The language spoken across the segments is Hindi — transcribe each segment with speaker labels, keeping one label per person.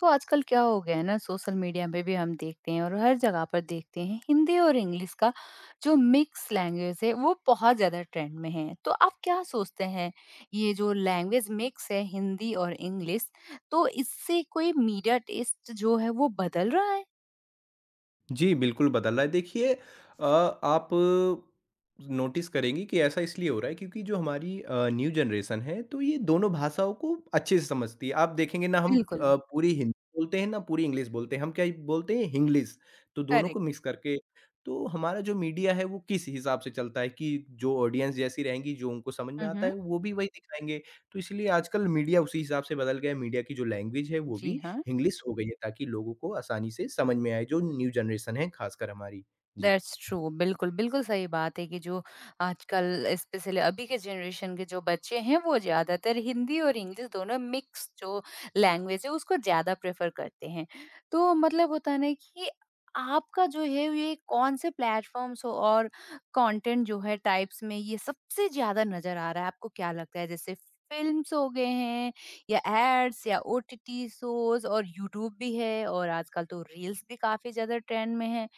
Speaker 1: तो आजकल क्या हो गया है ना सोशल मीडिया में भी हम देखते हैं और हर जगह पर देखते हैं हिंदी और इंग्लिश का जो मिक्स लैंग्वेज है वो बहुत ज्यादा ट्रेंड में है। तो आप क्या सोचते हैं, ये जो लैंग्वेज मिक्स है हिंदी और इंग्लिश, तो इससे कोई मीडिया टेस्ट जो है वो बदल रहा है?
Speaker 2: जी, बिल्कुल बदल रहा है। देखिए अ, आप नोटिस करेंगी कि ऐसा इसलिए हो रहा है क्योंकि जो हमारी न्यू जनरेशन है, तो ये दोनों भाषाओं को अच्छे से समझती है। आप देखेंगे ना हम
Speaker 1: बिल्कुल।
Speaker 2: पूरी हिंदी बोलते हैं, ना पूरी इंग्लिश बोलते हैं। हम क्या बोलते हैं हिंग्लिश, तो दोनों को
Speaker 1: करेक्ट।
Speaker 2: मिक्स करके तो हमारा जो मीडिया है वो किस हिसाब से चलता है कि जो ऑडियंस जैसी रहेंगी, जो उनको समझ में आता
Speaker 1: हम्म।
Speaker 2: है, वो भी वही दिखाएँगे। तो इसलिए आजकल मीडिया उसी हिसाब से बदल गया है। मीडिया की जो लैंग्वेज है वो
Speaker 1: जी
Speaker 2: भी
Speaker 1: हाँ।
Speaker 2: इंग्लिश हो गई है ताकि लोगों को आसानी से समझ में आए, जो न्यू जनरेशन है, ख़ासकर हमारी। जी।
Speaker 1: दैट्स ट्रू बिल्कुल, बिल्कुल सही बात है कि जो आजकल स्पेशली अभी के जनरेशन के जो बच्चे हैं वो ज़्यादातर हिंदी और इंग्लिश दोनों मिक्स जो लैंग्वेज है उसको ज़्यादा प्रेफ़र करते हैं। तो मतलब होता है ना कि आपका जो है ये कौन से प्लेटफ़ॉर्म्स और कंटेंट जो है टाइप्स में ये सबसे ज़्यादा नज़र आ रहा है? आपको क्या लगता है, जैसे फ़िल्म्स हो गए हैं या एड्स या ओटीटी शोज़ और यूट्यूब भी है और आजकल तो रील्स भी काफ़ी ज़्यादा ट्रेंड में है।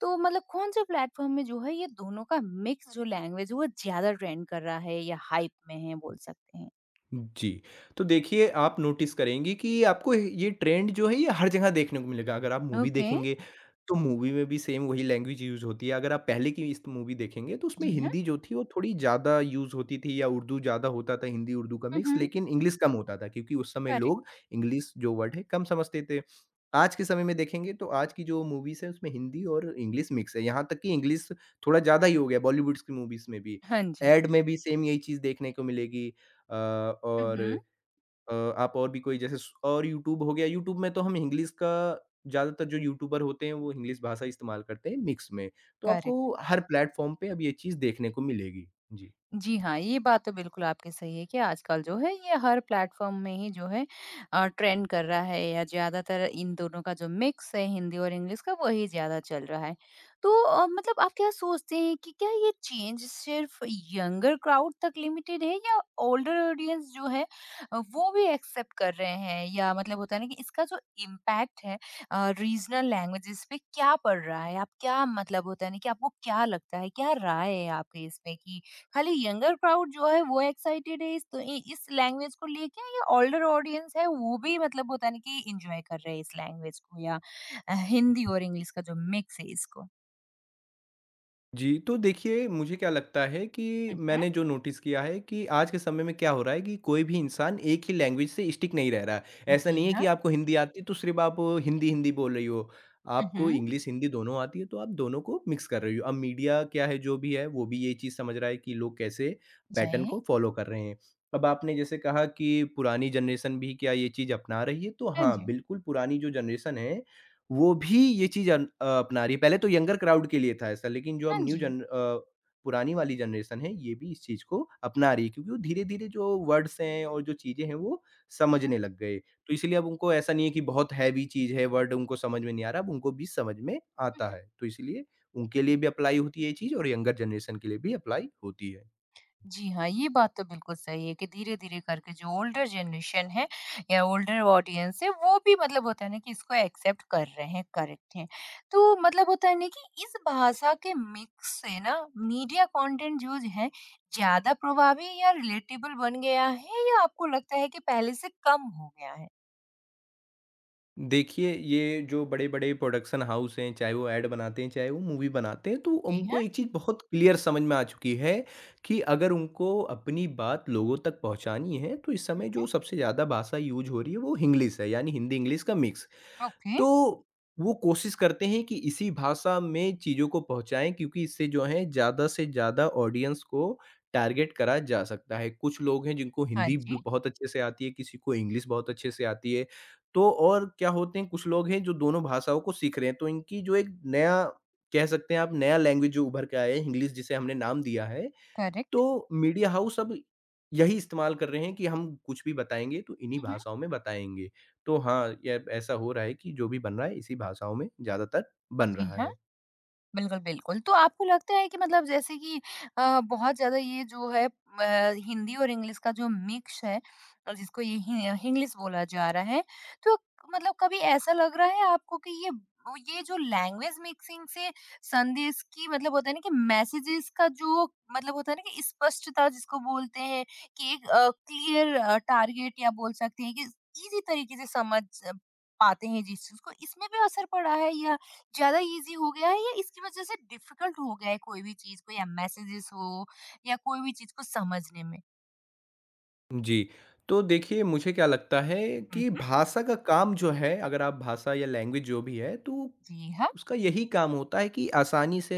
Speaker 1: तो मतलब कौन-से प्लेटफ़ॉर्म में जो है ये दोनों का मिक्स जो लैंग्वेज है वो ज़्यादा ट्रेंड कर रहा है या हाइप में है बोल सकते हैं?
Speaker 2: जी, तो देखिए आप नोटिस करेंगी कि आपको ये ट्रेंड जो है ये हर जगह देखने को मिलेगा। अगर आप मूवी
Speaker 1: ओके,
Speaker 2: देखेंगे, तो मूवी में भी सेम वही लैंग्वेज यूज़ होती है। अगर आप पहले की इस मूवी देखेंगे तो उसमें
Speaker 1: जी हाँ।
Speaker 2: हिंदी जो थी वो थोड़ी ज़्यादा यूज़ होती थी या उर्दू ज़्यादा होता था, हिंदी-उर्दू का
Speaker 1: हुँ,
Speaker 2: मिक्स,
Speaker 1: हुँ।
Speaker 2: लेकिन इंग्लिश कम होता था क्योंकि उस समय
Speaker 1: करेक्ट।
Speaker 2: लोग इंग्लिश जो वर्ड है कम समझते थे। आज के समय में देखेंगे तो आज की जो मूवीज़ है उसमें हिंदी और इंग्लिश मिक्स है। यहाँ तक कि इंग्लिश थोड़ा ज़्यादा ही हो गया बॉलीवुड्स की मूवीज़ में भी।
Speaker 1: हाँ जी।
Speaker 2: ऐड में भी सेम यही चीज़ देखने को मिलेगी। अ,
Speaker 1: हुँ,
Speaker 2: और
Speaker 1: हुँ।
Speaker 2: आप और भी कोई जैसे स और यूट्यूब हो गया, यूट्यूब में तो हम इंग्लिश का ज़्यादातर जो यूट्यूबर होते हैं वो इंग्लिश भाषा इस्तेमाल करते हैं मिक्स में। तो
Speaker 1: करेक्ट।
Speaker 2: आपको हर प्लेटफ़ॉर्म पे अब ये चीज़ देखने को मिलेगी। जी।
Speaker 1: जी हाँ, ये बात तो बिल्कुल आपकी सही है कि आजकल जो है ये हर प्लेटफ़ॉर्म में ही जो है ट्रेंड कर रहा है या ज़्यादातर इन दोनों का जो मिक्स है हिंदी और इंग्लिश का वही ज़्यादा चल रहा है। तो मतलब आप क्या सोचते हैं कि क्या ये चेंज सिर्फ़ यंगर क्राउड तक लिमिटेड है या ओल्डर ऑडियंस जो है वो भी एक्सेप्ट कर रहे हैं? या मतलब होता है ना कि इसका जो इम्पैक्ट है रीज़नल लैंग्वेजेज़ पे क्या पड़ रहा है? आप क्या मतलब होता है ना कि आपको क्या लगता है, क्या राय है आपकी इसमें कि खाली यंगर क्राउड जो है वो एक्साइटेड है इस तो इस लैंग्वेज को लेके या ओल्डर ऑडियंस है वो भी मतलब होता है ना कि एंजॉय कर रहे हैं इस लैंग्वेज को या हिंदी और इंग्लिश का जो मिक्स है इसको।
Speaker 2: जी, तो देखिए मुझे क्या लगता है कि
Speaker 1: मम्, जी।
Speaker 2: मैंने जो नोटिस किया है कि आज के समय में क्या हो रहा है कि कोई भी इंसान एक ही लैंग्वेज से स्टिक नहीं रह रहा है। ऐसा नहीं है
Speaker 1: हाँ।
Speaker 2: कि आपको हिंदी आती है तो सिर्फ़ आप हिंदी-हिंदी बोल रही हो। आपको
Speaker 1: मम्,
Speaker 2: इंग्लिश, हिंदी दोनों आती है तो आप दोनों को मिक्स कर रही हो। अब मीडिया क्या है जो भी है वो भी ये चीज़ समझ रहा है कि लोग कैसे
Speaker 1: जी
Speaker 2: पैटर्न
Speaker 1: हाँ
Speaker 2: को फ़ॉलो कर रहे हैं। अब आपने जैसे कहा कि पुरानी जनरेशन भी क्या ये चीज़ अपना रही है? तो हाँ,
Speaker 1: जी
Speaker 2: बिल्कुल पुरानी जो जनरेशन है वो भी ये चीज़ अपना रही है। पहले तो यंगर क्राउड के लिए था ऐसा, लेकिन जो
Speaker 1: हाँ।
Speaker 2: अब
Speaker 1: जी।
Speaker 2: पुरानी वाली जनरेशन है, ये भी इस चीज़ को अपना रही है क्योंकि वो धीरे-धीरे जो वर्ड्स हैं और जो चीज़ें हैं, वो समझने लग गए। तो इसलिए अब उनको ऐसा नहीं है कि बहुत हैवी चीज़ है, वर्ड उनको समझ में नहीं आ रहा, अब उनको भी समझ में आता
Speaker 1: मम्,
Speaker 2: है। तो इसलिए उनके लिए भी अप्लाई होती है ये चीज़ और यंगर जनरेशन के लिए भी अप्लाई होती है।
Speaker 1: जी हाँ, ये बात तो बिल्कुल सही है कि धीरे-धीरे करके जो ओल्डर जनरेशन है या ओल्डर ऑडियंस है, वो भी मतलब होता है ना कि इसको एक्सेप्ट कर रहे हैं, करेक्ट है। तो मतलब होता है ना कि इस भाषा के मिक्स से ना मीडिया कंटेंट जो है, ज़्यादा प्रभावी या रिलेटेबल बन गया है या आपको लगता है कि पहले से कम हो गया है?
Speaker 2: देखिए, ये जो बड़े-बड़े प्रोडक्शन हाउस हैं, चाहे वो ऐड बनाते हैं, चाहे वो मूवी बनाते हैं, तो
Speaker 1: जी
Speaker 2: उनको
Speaker 1: हाँ।
Speaker 2: एक चीज़ बहुत क्लियर समझ में आ चुकी है कि अगर उनको अपनी बात लोगों तक पहुँचानी है, तो इस समय
Speaker 1: हुँ,
Speaker 2: जो सबसे ज़्यादा भाषा यूज़ हो रही है, वो हिंग्लिश है, यानी हिंदी-इंग्लिश का मिक्स।
Speaker 1: हुँ। ओके।
Speaker 2: तो वो कोशिश करते हैं कि इसी भाषा में चीज़ों को पहुँचाएँ क्योंकि इससे जो है ज़्यादा से ज़्यादा ऑडियंस को टारगेट करा जा सकता है। कुछ लोग हैं जिनको
Speaker 1: हाँ
Speaker 2: हिंदी
Speaker 1: जी,
Speaker 2: ब बहुत अच्छे से आती है, किसी को इंग्लिश बहुत अच्छे से आती है। तो और क्या होते हैं कुछ लोग हैं जो दोनों भाषाओं को सीख रहे हैं, तो इनकी जो एक नया कह सकते हैं आप नया लैंग्वेज जो उभर के आया है इंग्लिश जिसे हमने नाम दिया है,
Speaker 1: करेक्ट।
Speaker 2: तो मीडिया हाउस अब यही इस्तेमाल कर रहे हैं कि हम कुछ भी बताएँगे तो इन्हीं
Speaker 1: हुँ, हुँ।
Speaker 2: भाषाओं में बताएँगे। तो हाँ, ये ऐसा हो रहा है कि जो भी बन रहा है इसी भाषाओं में ज़्यादातर बन
Speaker 1: जी
Speaker 2: रहा
Speaker 1: हाँ।
Speaker 2: है।
Speaker 1: बिल्कुल, बिल्कुल। तो आपको लगता है कि मतलब जैसे कि बहुत ज़्यादा ये जो है हिंदी और इंग्लिश का जो मिक्स है और जिसको ये हि हिंग्लिश बोला जा रहा है, तो मतलब कभी ऐसा लग रहा है आपको कि ये जो लैंग्वेज मिक्सिंग से संदेश की मतलब होता है ना कि मैसेजेज़ का जो मतलब होता है ना कि स्पष्टता जिसको बोलते हैं कि एक क्लियर टारगेट या बोल सकते हैं कि ईज़ी तरीके से समझ पाते हैं जिस चीज़ को, इसमें भी असर पड़ा है या ज़्यादा ईज़ी हो गया है या इसकी वज़ह से डिफ़िकल्ट हो गया है कोई भी चीज़ को या मैसेजेज़ हो या कोई भी चीज़ को समझने में?
Speaker 2: जी। तो देखिए, मुझे क्या लगता है
Speaker 1: हुँ,
Speaker 2: कि
Speaker 1: हुँ।
Speaker 2: भाषा का काम जो है, अगर आप भाषा या लैंग्वेज जो भी है, तो
Speaker 1: जी हाँ,
Speaker 2: उसका यही काम होता है कि आसानी से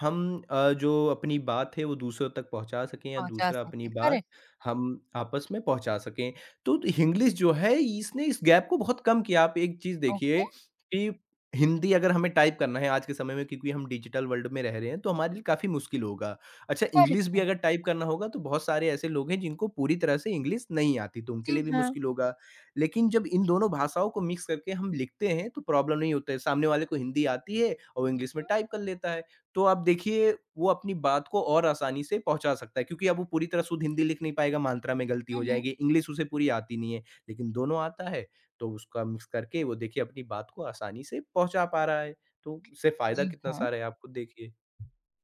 Speaker 2: हम जो अपनी बात है, वो दूसरों तक पहुँचा सकें या
Speaker 1: पहुँचा
Speaker 2: दूसरा अपनी
Speaker 1: सके।
Speaker 2: बात
Speaker 1: करेक्ट,
Speaker 2: हम आपस में पहुँचा सकें। तो हिंग्लिश जो है, इसने इस गैप को बहुत कम किया। आप एक चीज़
Speaker 1: ओके,
Speaker 2: देखिए कि हिंदी अगर हमें टाइप करना है आज के समय में क्योंकि हम डिजिटल वर्ल्ड में रह रहे हैं, तो हमारे लिए काफ़ी मुश्किल होगा। अच्छा
Speaker 1: करेक्ट
Speaker 2: इंग्लिश भी
Speaker 1: है।
Speaker 2: अगर टाइप करना होगा तो बहुत सारे ऐसे लोग हैं जिनको पूरी तरह से इंग्लिश नहीं आती तो उनके
Speaker 1: जी
Speaker 2: लिए भी
Speaker 1: हाँ।
Speaker 2: मुश्किल होगा। लेकिन जब इन दोनों भाषाओं को मिक्स करके हम लिखते हैं तो प्रॉब्लम नहीं होता है। सामने वाले को हिंदी आती है और वो इंग्लिश में
Speaker 1: हुँ,
Speaker 2: टाइप कर लेता है। तो आप देखिए वो अपनी बात को और आसानी से पहुँचा सकता है क्योंकि अब वो पूरी तरह शुद्ध हिंदी लिख नहीं पाएगा, मात्रा में गलती
Speaker 1: हुँ,
Speaker 2: हो
Speaker 1: हुँ।
Speaker 2: जाएगी। इंग्लिश उसे पूरी आती नहीं है, लेकिन दोनों आता है तो उसका मिक्स करके वो देखिए अपनी बात को आसानी से पहुँचा पा रहा है। तो उससे फ़ायदा
Speaker 1: जी
Speaker 2: कितना
Speaker 1: हाँ।
Speaker 2: सारा है आप खुद देखिए।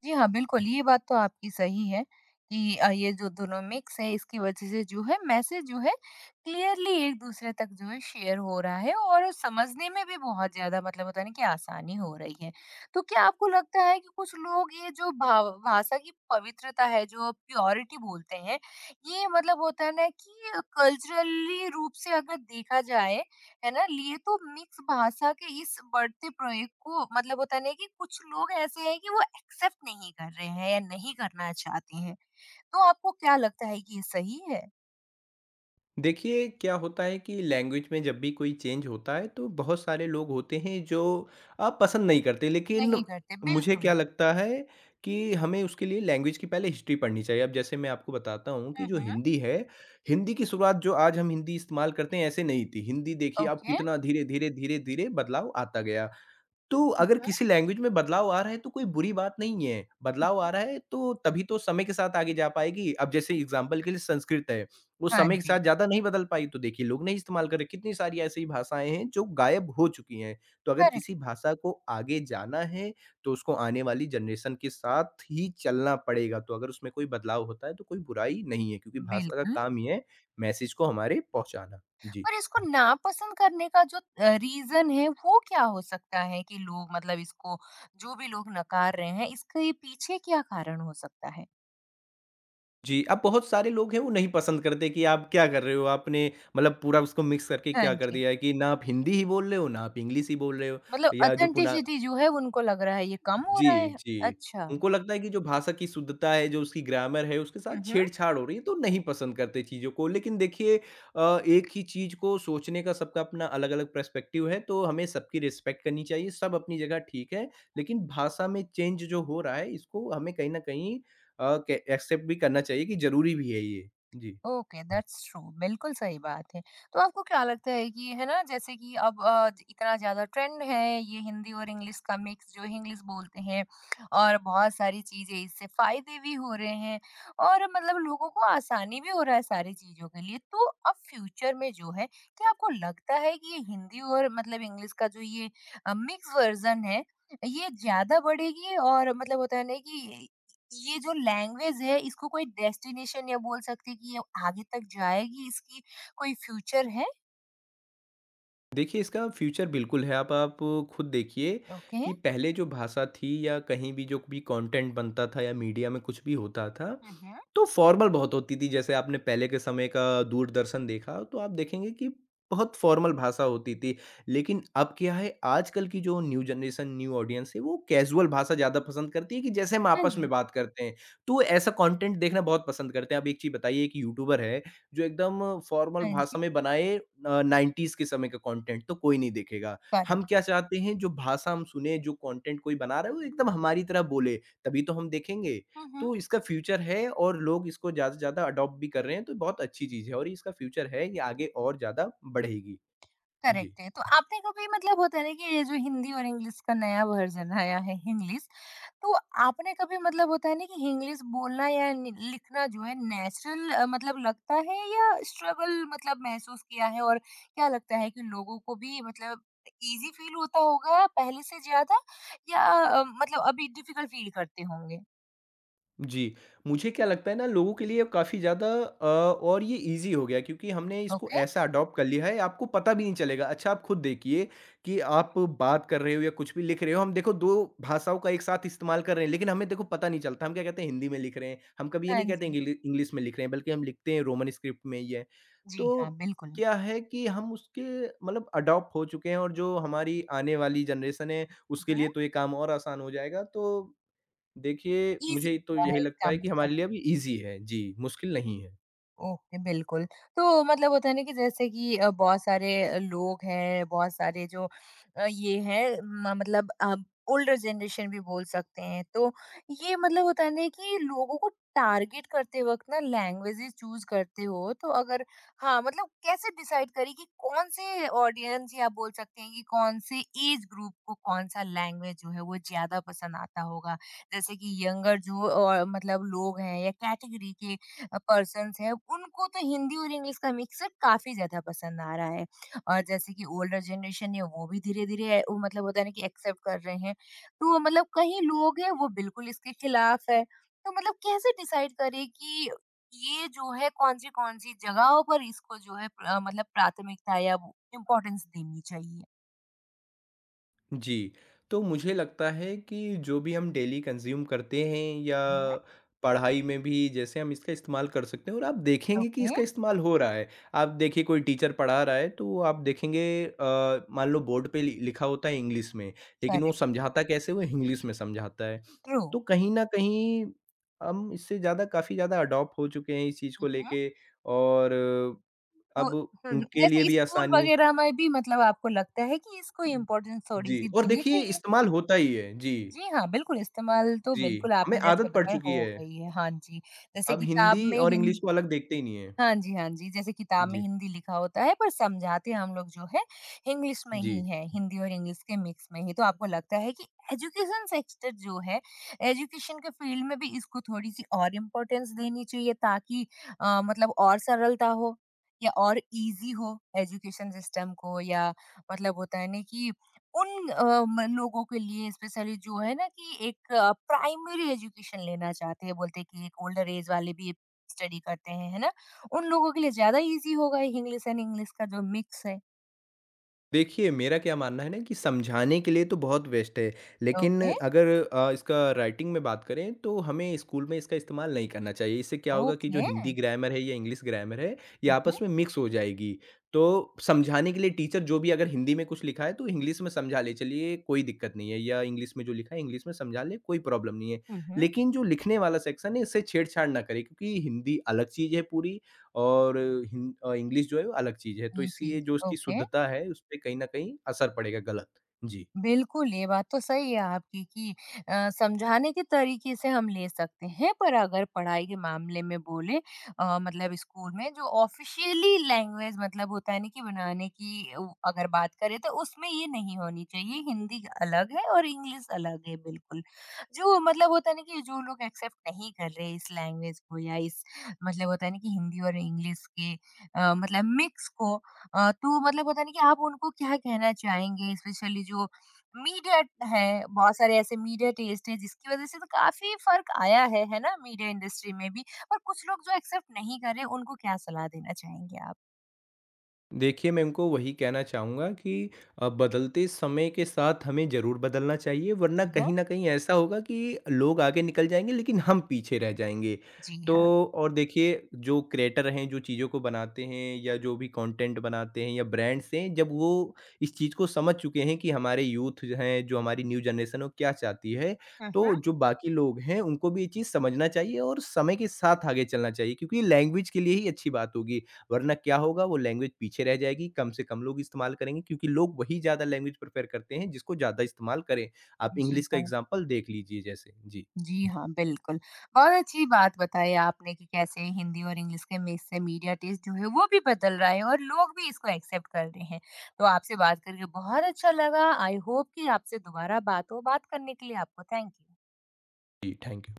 Speaker 1: जी हाँ, बिल्कुल, ये बात तो आपकी सही है कि ये जो दोनों मिक्स है इसकी वजह से जो है मैसेज जो है क्लियरली एक-दूसरे तक जो है शेयर हो रहा है और समझने में भी बहुत ज़्यादा मतलब होता है ना कि आसानी हो रही है। तो क्या आपको लगता है कि कुछ लोग ये जो भाव भाषा की पवित्रता है जो प्योरिटी बोलते हैं, ये मतलब होता है ना कि कल्चरली रूप से अगर देखा जाए है ना, लिए तो मिक्स भाषा के इस बढ़ते प्रयोग को मतलब होता नहीं है कि कुछ लोग ऐसे हैं कि वो एक्सेप्ट नहीं कर रहे हैं या नहीं करना चाहते हैं। तो आपको क्या लगता है कि ये सही है?
Speaker 2: देखिए, क्या होता है कि लैंग्वेज में जब भी कोई चेंज होता है तो बहुत सारे लोग होते हैं जो पसंद नहीं करते। लेकिन
Speaker 1: नहीं करते,
Speaker 2: मुझे
Speaker 1: बिल्कुल।
Speaker 2: क्या लगता है कि हमें उसके लिए लैंग्वेज की पहले हिस्ट्री पढ़नी चाहिए। अब जैसे मैं आपको बताता हूँ कि
Speaker 1: हुँ,
Speaker 2: जो
Speaker 1: हुँ।
Speaker 2: हिंदी है, हिंदी की शुरुआत जो आज हम हिंदी इस्तेमाल करते हैं ऐसे नहीं थी। हिंदी देखिए अब
Speaker 1: ओके।
Speaker 2: कितना धीरे, धीरे, धीरे, धीरे बदलाव आता गया। तो
Speaker 1: हुँ,
Speaker 2: अगर
Speaker 1: हुँ,
Speaker 2: किसी लैंग्वेज में बदलाव आ रहा है तो कोई बुरी बात नहीं है।
Speaker 1: हुँ,
Speaker 2: बदलाव आ
Speaker 1: हुँ।
Speaker 2: रहा है तो तभी तो समय के साथ आगे जा पाएगी। अब जैसे एग्ज़ाम्पल के लिए संस्कृत है, वो
Speaker 1: हाँ
Speaker 2: समय के
Speaker 1: जी,
Speaker 2: साथ ज़्यादा नहीं बदल पाई तो देखिए लोग नहीं इस्तेमाल कर रहे। कितनी सारी ऐसी भाषाएँ हैं जो गायब हो चुकी हैं। तो अगर
Speaker 1: करेक्ट,
Speaker 2: किसी भाषा को आगे जाना है तो उसको आने वाली जनरेशन के साथ ही चलना पड़ेगा। तो अगर उसमें कोई बदलाव होता है तो कोई बुराई नहीं है क्योंकि भाषा का
Speaker 1: बिल्कुल।
Speaker 2: काम ही है मैसेज को हमारे पहुँचाना। जी।
Speaker 1: और इसको नापसंद करने का जो रीज़न है वो क्या हो सकता है कि लोग मतलब इसको जो भी लोग नकार रहे हैं, इसके पीछे क्या कारण हो सकता है?
Speaker 2: जी, अब बहुत सारे लोग हैं वो नहीं पसंद करते कि आप क्या कर रहे हो, आपने मतलब पूरा उसको मिक्स करके
Speaker 1: हाँ
Speaker 2: क्या कर
Speaker 1: जी।
Speaker 2: दिया है कि ना आप हिंदी ही बोल रहे हो, ना आप इंग्लिश ही बोल रहे हो
Speaker 1: मतलब
Speaker 2: या जो पुना
Speaker 1: ऑथेंटिसिटी जो है उनको लग रहा है ये कम हो रहा
Speaker 2: जी,
Speaker 1: है?
Speaker 2: जी।
Speaker 1: अच्छा।
Speaker 2: उनको लगता है कि जो भाषा की शुद्धता है, जो उसकी ग्रामर है, उसके साथ
Speaker 1: हुँ,
Speaker 2: छेड़छाड़ हो रही है, तो नहीं पसंद करते चीज़ों को। लेकिन देखिए एक ही चीज़ को सोचने का सबका अपना अलग-अलग पर्सपेक्टिव है, तो हमें सबकी रिस्पेक्ट करनी चाहिए। सब अपनी जगह ठीक है, लेकिन भाषा में चेंज जो हो रहा है, इसको हमें कहीं न कहीं अ, के एक्सेप्ट भी करना चाहिए कि ज़रूरी भी है ये। जी।
Speaker 1: ओके दैट्स ट्रू बिल्कुल सही बात है। तो आपको क्या लगता है कि है ना जैसे कि अब इतना ज्यादा ट्रेंड है ये हिंदी और इंग्लिश का मिक्स जो इंग्लिश बोलते हैं और बहुत सारी चीजें इससे फायदे भी हो रहे हैं और मतलब लोगों को आसानी भी हो रहा है सारी चीजों के लिए, तो अब फ्यूचर में जो है क्या आपको लगता है कि ये हिंदी और मतलब इंग्लिश का जो ये मिक्स वर्जन है ये ज्यादा बढ़ेगी और मतलब होता है ना कि ये जो लैंग्वेज है इसको कोई डेस्टिनेशन या बोल सकते हैं कि ये आगे तक जाएगी, इसकी कोई फ्यूचर है?
Speaker 2: देखिए, इसका फ्यूचर बिल्कुल है। आप खुद देखिए
Speaker 1: ओके।
Speaker 2: कि पहले जो भाषा थी या कहीं भी जो भी कंटेंट बनता था या मीडिया में कुछ भी होता था
Speaker 1: हुँ, हुँ।
Speaker 2: तो फॉर्मल बहुत होती थी, जैसे आपने पहले के समय का दूरदर्शन देखा, तो आप देखेंगे कि बहुत फॉर्मल भाषा होती थी। लेकिन अब क्या है, आजकल की जो न्यू जनरेशन, न्यू ऑडियंस है, वो कैज़ुअल भाषा ज़्यादा पसंद करती है कि जैसे हम
Speaker 1: हाँ
Speaker 2: आपस में
Speaker 1: जी,
Speaker 2: बात करते हैं। तो ऐसा कंटेंट देखना बहुत पसंद करते हैं। अब एक चीज़ बताइए, एक यूट्यूबर है, जो एकदम फॉर्मल
Speaker 1: हाँ
Speaker 2: भाषा
Speaker 1: जी।
Speaker 2: में बनाए 90s के समय का कंटेंट, तो कोई नहीं देखेगा।
Speaker 1: करेक्ट।
Speaker 2: हम क्या चाहते हैं, जो भाषा हम सुने, जो कंटेंट कोई बना रहा है, वो एकदम हमारी तरह बोले, तभी तो हम देखेंगे।
Speaker 1: हुँ, हुँ।
Speaker 2: तो इसका फ्यूचर है और लोग इसको ज़्यादा से ज़्यादा अडॉप्ट भी कर रहे हैं, तो बहुत अच्छी चीज़ है और इसका फ्यूचर है, ये आगे और ज़्यादा बढ़ेगी। जी।
Speaker 1: करेक्ट है। तो आपने कभी मतलब होता है ना कि ये जो हिंदी और इंग्लिश का नया वर्ज़न आया है, हिंग्लिश, तो आपने कभी मतलब होता है ना कि इंग्लिश बोलना या लिखना जो है नेचुरल मतलब लगता है या स्ट्रगल मतलब महसूस किया है और क्या लगता है कि लोगों को भी मतलब इजी फील होता होगा पहले से ज्यादा या मतलब अभी डिफिकल्ट फील करते होंगे?
Speaker 2: जी, मुझे क्या लगता है ना लोगों के लिए काफ़ी ज़्यादा और ये ईज़ी हो गया क्योंकि हमने इसको
Speaker 1: ओके।
Speaker 2: ऐसा अडॉप्ट कर लिया है आपको पता भी नहीं चलेगा। अच्छा आप खुद देखिए कि आप बात कर रहे हो या कुछ भी लिख रहे हो, हम देखो 2 भाषाओं का एक साथ इस्तेमाल कर रहे हैं लेकिन हमें देखो पता नहीं चलता। हम क्या कहते हैं हिंदी में लिख रहे हैं, हम कभी ये
Speaker 1: हाँ
Speaker 2: नहीं कहते हैं
Speaker 1: जी।
Speaker 2: इंग्लिश में लिख रहे हैं बल्कि हम लिखते हैं रोमन स्क्रिप्ट में ही है।
Speaker 1: जी
Speaker 2: तो
Speaker 1: हाँ, बिल्कुल।
Speaker 2: क्या है कि हम उसके मतलब अडॉप्ट हो चुके हैं और जो हमारी आने वाली जनरेशन है उसके लिए तो ये काम और आसान हो जाएगा तो देखिए,
Speaker 1: इजी
Speaker 2: मुझे तो
Speaker 1: हुआ
Speaker 2: यही
Speaker 1: है
Speaker 2: लगता
Speaker 1: इसका
Speaker 2: है कि
Speaker 1: मतलब।
Speaker 2: हमारे लिए अभी ईज़ी है। जी, मुश्किल नहीं है।
Speaker 1: ओके, बिल्कुल। तो मतलब होता है ना कि जैसे कि बहुत सारे लोग हैं, बहुत सारे जो अ, ये हैं म मतलब अब ओल्डर जनरेशन भी बोल सकते हैं। तो ये मतलब होता है ना कि लोगों को टारगेट करते वक़्त ना लैंग्वेजेज़ चूज़ करते हो, तो अगर हाँ, मतलब कैसे डिसाइड करें कि कौन-से ऑडियंस या बोल सकते हैं कि कौन-से एज ग्रुप को कौन-सा लैंग्वेज जो है वो ज़्यादा पसंद आता होगा? जैसे कि यंगर जो मतलब लोग हैं या कैटेगरी के पर्सन्स हैं, उनको तो हिंदी और इंग्लिश का मिक्सअप काफ़ी ज़्यादा पसंद आ रहा है। और जैसे कि ओल्डर जनरेशन है, वो भी धीरे-धीरे वो मतलब होता है ना कि एक्सेप्ट कर रहे हैं। तो मतलब कई लोग हैं, वो बिल्कुल इसके खिलाफ है। तो मतलब कैसे डिसाइड करें कि ये जो है कौन-सी-कौन-सी जगहों पर इसको जो है मतलब प्राथमिकता या वो इम्पोर्टेंस देनी चाहिए?
Speaker 2: जी, तो मुझे लगता है कि जो भी हम डेली कंज़्यूम करते हैं या
Speaker 1: हुँ।
Speaker 2: पढ़ाई में भी जैसे हम इसका इस्तेमाल कर सकते हैं और आप देखेंगे कि
Speaker 1: ओके,
Speaker 2: इसका इस्तेमाल हो रहा है। आप देखिए कोई टीचर पढ़ा रहा है तो आप देखेंगे मान लो बोर्ड पे लि लिखा होता है इंग्लिश में, लेकिन वो
Speaker 1: करेक्ट,
Speaker 2: समझाता कैसे है? वो इंग्लिश में समझाता है।
Speaker 1: ट्रू।
Speaker 2: तो कहीं न कहीं हम इससे ज़्यादा काफ़ी ज़्यादा अडॉप्ट हो चुके हैं इस चीज़ को
Speaker 1: हुँ, हुँ।
Speaker 2: लेके और
Speaker 1: तो हुँ,
Speaker 2: अब
Speaker 1: हुँ,
Speaker 2: उनके लिए
Speaker 1: जैसे
Speaker 2: भी
Speaker 1: स्कूल हुँ।
Speaker 2: आसानी है।
Speaker 1: वगैरह में भी मतलब आपको लगता है कि इसको इम्पोर्टेंस
Speaker 2: जी,
Speaker 1: थोड़ी-सी
Speaker 2: और
Speaker 1: देनी
Speaker 2: देखिए
Speaker 1: चाहिए?
Speaker 2: इस्तेमाल होता ही है। जी।
Speaker 1: जी हाँ, बिल्कुल इस्तेमाल तो
Speaker 2: जी,
Speaker 1: बिल्कुल
Speaker 2: हमें
Speaker 1: आपने जैसे
Speaker 2: आदत पड़
Speaker 1: बताया
Speaker 2: चुकी
Speaker 1: हो
Speaker 2: है।
Speaker 1: गई है। हाँ जी, जैसे
Speaker 2: अब
Speaker 1: किताब
Speaker 2: हिंदी
Speaker 1: में
Speaker 2: और इंग्लिश
Speaker 1: हिंद
Speaker 2: को अलग देखते ही नहीं है।
Speaker 1: हाँ जी, हाँ जी, जैसे किताब में
Speaker 2: जी,
Speaker 1: हिंदी लिखा होता है पर समझाते हम लोग जो है इंग्लिश में
Speaker 2: जी।
Speaker 1: ही है, हिंदी और इंग्लिश के मिक्स में ही। तो आपको लगता है कि एजुकेशन सेक्टर जो है, एजुकेशन के फील्ड में भी इसको थोड़ी-सी और इम्पोर्टेंस देनी चाहिए ताकि मतलब और सरलता हो या और ईज़ी हो एजुकेशन सिस्टम को या मतलब होता है ना कि उन अ, म लोगों के लिए स्पेशली जो है ना कि एक प्राइमरी एजुकेशन लेना चाहते हैं, बोलते हैं कि एक ओल्डर ऐज वाले भी स्टडी करते हैं, है ना? उन लोगों के लिए ज़्यादा ईज़ी होगा इंग्लिश एंड इंग्लिश का जो मिक्स है।
Speaker 2: देखिए, मेरा क्या मानना है ना कि समझाने के लिए तो बहुत बेस्ट है, लेकिन
Speaker 1: ओके,
Speaker 2: अगर इसका राइटिंग में बात करें, तो हमें स्कूल में इसका इस्तेमाल नहीं करना चाहिए। इससे क्या होगा कि जो
Speaker 1: ओके।
Speaker 2: हिंदी ग्रामर है या इंग्लिश ग्रामर है, ये
Speaker 1: हुँ, हुँ,
Speaker 2: आपस में मिक्स हो जाएगी। तो समझाने के लिए टीचर जो भी अगर हिंदी में कुछ लिखा है, तो इंग्लिश में समझा ले, चलिए कोई दिक्कत नहीं है या इंग्लिश में जो लिखा है, इंग्लिश में समझा ले, कोई प्रॉब्लम नहीं है।
Speaker 1: हुँ, हुँ।
Speaker 2: लेकिन जो लिखने वाला सेक्शन है, इससे छेड़छाड़ ना करें क्योंकि हिंदी अलग चीज़ है पूरी और इंग्लिश जो है वो अलग चीज़ है। तो
Speaker 1: ये
Speaker 2: इसलिए
Speaker 1: चीज़,
Speaker 2: जो उसकी
Speaker 1: ओके।
Speaker 2: शुद्धता है, उसपे कहीं न कहीं असर पड़ेगा गलत। जी।
Speaker 1: बिल्कुल, ये बात तो सही है आपकी कि समझाने के तरीके से हम ले सकते हैं, पर अगर पढ़ाई के मामले में बोलें मतलब स्कूल में जो ऑफ़िशियली लैंग्वेज मतलब होता है ना कि बनाने की उ अगर बात करें तो उसमें ये नहीं होनी चाहिए, हिंदी अलग है और इंग्लिश अलग है बिल्कुल। जो मतलब होता है ना कि जो लोग एक्सेप्ट नहीं कर रहे इस लैंग्वेज को या इस मतलब होता है ना कि हिंदी और इंग्लिश के मतलब मिक्स को तो मतलब होता है ना कि आप उनको क्या कहना चाहेंगे? स्पेशली जो मीडिया है, बहुत सारे ऐसे मीडिया टेस्ट हैं जिसकी वज़ह से तो काफ़ी फ़र्क आया है ना? मीडिया इंडस्ट्री में भी और कुछ लोग जो एक्सेप्ट नहीं कर रहे उनको क्या सलाह देना चाहेंगे आप?
Speaker 2: देखिए, मैं उनको वही कहना चाहूँगा कि बदलते समय के साथ हमें ज़रूर बदलना चाहिए वरना
Speaker 1: जी हाँ,
Speaker 2: कहीं न कहीं ऐसा होगा कि लोग आगे निकल जाएँगे लेकिन हम पीछे रह जाएँगे।
Speaker 1: जी
Speaker 2: तो
Speaker 1: हाँ।
Speaker 2: और देखिए जो क्रिएटर हैं, जो चीज़ों को बनाते हैं या जो भी कंटेंट बनाते हैं या ब्रांड्स हैं, जब वो इस चीज़ को समझ चुके हैं कि हमारे यूथ जो हैं, जो हमारी न्यू जनरेशन है वो क्या चाहती है,
Speaker 1: हुँ,
Speaker 2: तो
Speaker 1: हुँ।
Speaker 2: जो बाकी लोग हैं उनको भी ये चीज़ समझना चाहिए और समय के साथ आगे चलना चाहिए क्योंकि लैंग्वेज के लिए ही अच्छी बात होगी। वरना क्या होगा वो लैंग्वेज पीछे रह जाएगी, कम से कम लोग इस्तेमाल करेंगे क्योंकि लोग वही ज़्यादा लैंग्वेज प्रेफ़र करते हैं जिसको ज़्यादा इस्तेमाल करें। आप
Speaker 1: जी
Speaker 2: इंग्लिश का
Speaker 1: हाँ,
Speaker 2: एग्ज़ाम्पल देख लीजिए जैसे। जी।
Speaker 1: जी हाँ, बिल्कुल। बहुत अच्छी बात बताई आपने कि कैसे हिंदी और इंग्लिश के मिक्स से मीडिया टेस्ट जो है वो भी बदल रहा है और लोग भी इसको एक्सेप्ट कर रहे हैं। तो आपसे बात करके बहुत अच्छा लगा। आई होप कि आपसे दोबारा बात हो। बात करने के लिए आपको थैंक यू।
Speaker 2: जी, थैंक यू।